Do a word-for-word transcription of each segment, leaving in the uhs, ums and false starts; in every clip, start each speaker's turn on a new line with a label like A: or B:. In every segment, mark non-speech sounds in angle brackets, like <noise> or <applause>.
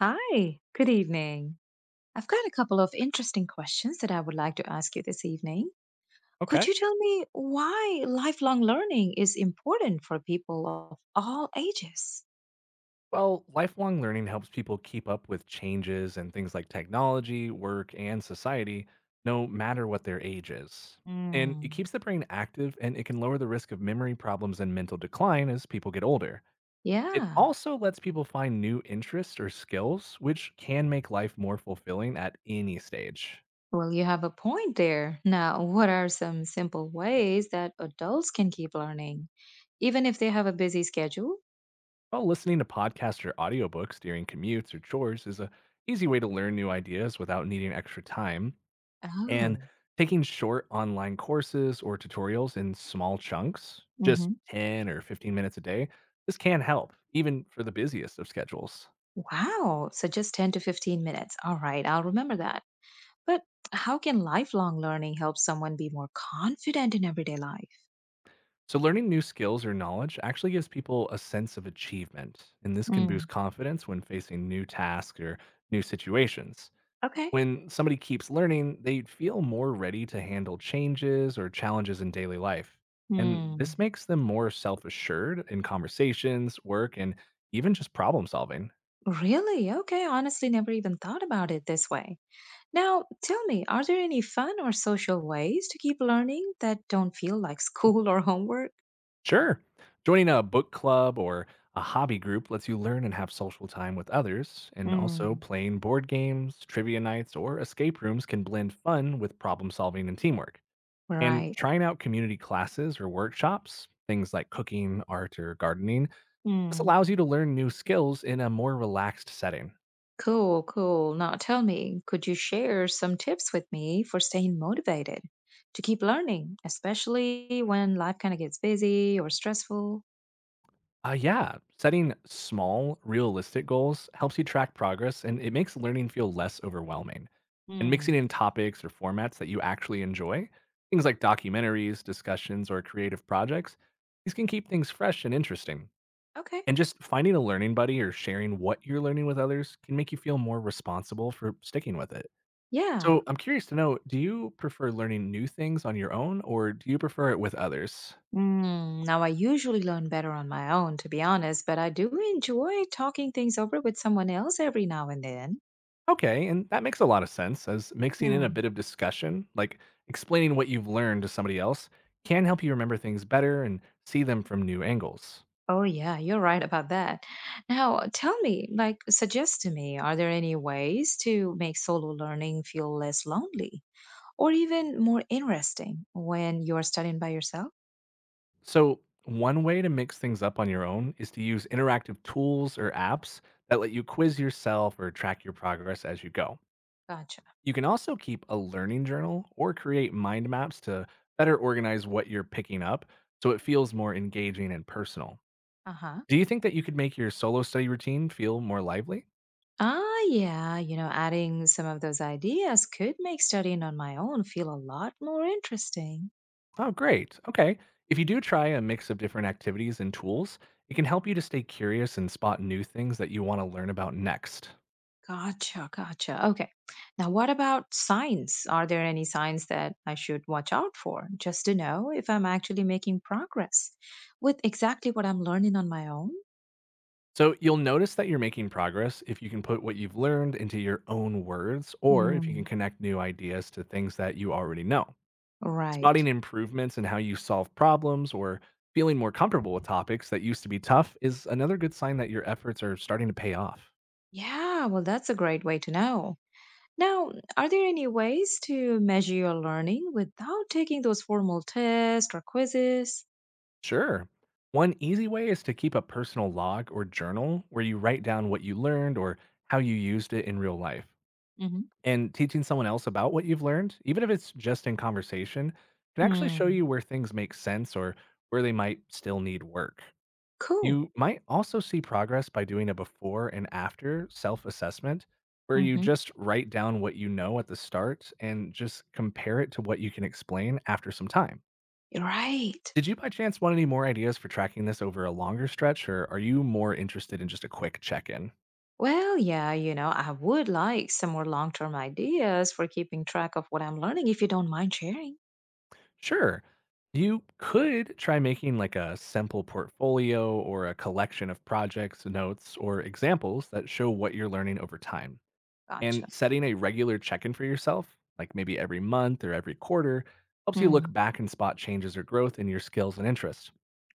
A: Hi, good evening. I've got a couple of interesting questions that I would like to ask you this evening. Could
B: Okay.
A: you tell me why lifelong learning is important for people of all ages?
B: Well, lifelong learning helps people keep up with changes in things like technology, work, and society, no matter what their age is. And it
A: Mm,
B: keeps the brain active, and it can lower the risk of memory problems and mental decline as people get older. It
A: yeah,
B: also lets people find new interests or skills, which can make life more fulfilling at any stage.
A: well, you have a point there. Now, what are some simple ways that adults can keep learning, even if they have a busy schedule?
B: While listening to podcasts or audiobooks during commutes or chores is a easy way to learn new ideas without needing extra time. And
A: Oh,
B: taking short online courses or tutorials in small chunks, just
A: hmm,
B: ten or fifteen minutes a day, this can help, even for the busiest of schedules.
A: wow. So just ten to fifteen minutes. All right, I'll remember that. But how can lifelong learning help someone be more confident in everyday life?
B: So, learning new skills or knowledge actually gives people a sense of achievement, and this can boost
A: Mm.
B: confidence when facing new tasks or new situations.
A: Okay.
B: When somebody keeps learning, they feel more ready to handle changes or challenges in daily life. And this
A: Hmm.
B: makes them more self assured in conversations, work, and even just problem solving.
A: Really? Okay. Honestly, never even thought about it this way. Now, tell me, are there any fun or social ways to keep learning that don't feel like school <laughs> or homework?
B: Sure. Joining a book club or a hobby group lets you learn and have social time with others, and also
A: Mm.
B: playing board games, trivia nights, or escape rooms can blend fun with problem solving and teamwork. And
A: Right.
B: trying out community classes or workshops, things like cooking, art, or gardening, this
A: Mm.
B: allows you to learn new skills in a more relaxed setting.
A: Cool, cool. Now tell me, could you share some tips with me for staying motivated to keep learning, especially when life kind of gets busy or stressful?
B: Uh, yeah, setting small, realistic goals helps you track progress, and it makes learning feel less overwhelming. And mixing
A: Mm.
B: in topics or formats that you actually enjoy, things like documentaries, discussions, or creative projects, these can keep things fresh and interesting.
A: Okay.
B: And just finding a learning buddy or sharing what you're learning with others can make you feel more responsible for sticking with it. So
A: Yeah.
B: I'm curious to know, do you prefer learning new things on your own, or do you prefer it with others?
A: Mm, now, I usually learn better on my own, to be honest, but I do enjoy talking things over with someone else every now and then.
B: Okay, and that makes a lot of sense, as mixing in a
A: Hmm.
B: bit of discussion, like explaining what you've learned to somebody else, can help you remember things better and see them from new angles.
A: Oh, yeah, you're right about that. Now, uh, tell me, like, suggest to me, are there any ways to make solo learning feel less lonely or even more interesting when you're studying by yourself?
B: So, one way to mix things up on your own is to use interactive tools or apps that let you quiz yourself or track your progress as you go.
A: Gotcha.
B: You can also keep a learning journal or create mind maps to better organize what you're picking up, so it feels more engaging and personal.
A: Uh huh.
B: Do you think that you could make your solo study routine feel more lively?
A: Ah, yeah, you know, adding some of those ideas could make studying on my own feel a lot more interesting.
B: Oh, great. Okay. If you do try a mix of different activities and tools, it can help you to stay curious and spot new things that you want to learn about next.
A: Gotcha, gotcha. Okay. Now, what about signs? Are there any signs that I should watch out for just to know if I'm actually making progress with exactly what I'm learning on my own?
B: So you'll notice that you're making progress if you can put what you've learned into your own words, or if you can
A: Mm,
B: connect new ideas to things that you already know. Spotting
A: right.
B: improvements in how you solve problems, or feeling more comfortable with topics that used to be tough, is another good sign that your efforts are starting to pay off.
A: Yeah, well, that's a great way to know. Now, are there any ways to measure your learning without taking those formal tests or quizzes?
B: Sure. One easy way is to keep a personal log or journal where you write down what you learned or how you used it in real life.
A: Mm-hmm.
B: And teaching someone else about what you've learned, even if it's just in conversation, can actually show you where things make sense or where they might still need work.
A: Cool.
B: You might also see progress by doing a before and after self assessment, where you
A: Mm-hmm.
B: just write down what you know at the start and just compare it to what you can explain after some time.
A: Right.
B: Did you by chance want any more ideas for tracking this over a longer stretch, or are you more interested in just a quick check in?
A: Well, yeah, you know, I would like some more long term ideas for keeping track of what I'm learning if you don't mind sharing.
B: Sure. You could try making like a simple portfolio or a collection of projects, notes, or examples that show what you're learning over time. And
A: Gotcha.
B: setting a regular check in for yourself, like maybe every month or every quarter, helps you look
A: Hmm.
B: back and spot changes or growth in your skills and interests.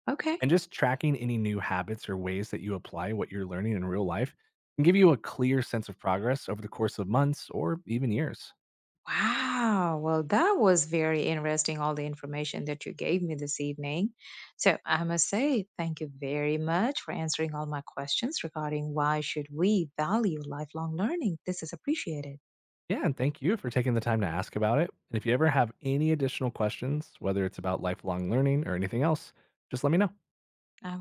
A: Okay.
B: And just tracking any new habits or ways that you apply what you're learning in real life can give you a clear sense of progress over the course of months or even years.
A: Wow. Well, that was very interesting, all the information that you gave me this evening. So I must say, thank you very much for answering all my questions regarding why should we value lifelong learning. This is appreciated.
B: Yeah, and thank you for taking the time to ask about it. And if you ever have any additional questions, whether it's about lifelong learning or anything else, just let me know.
A: I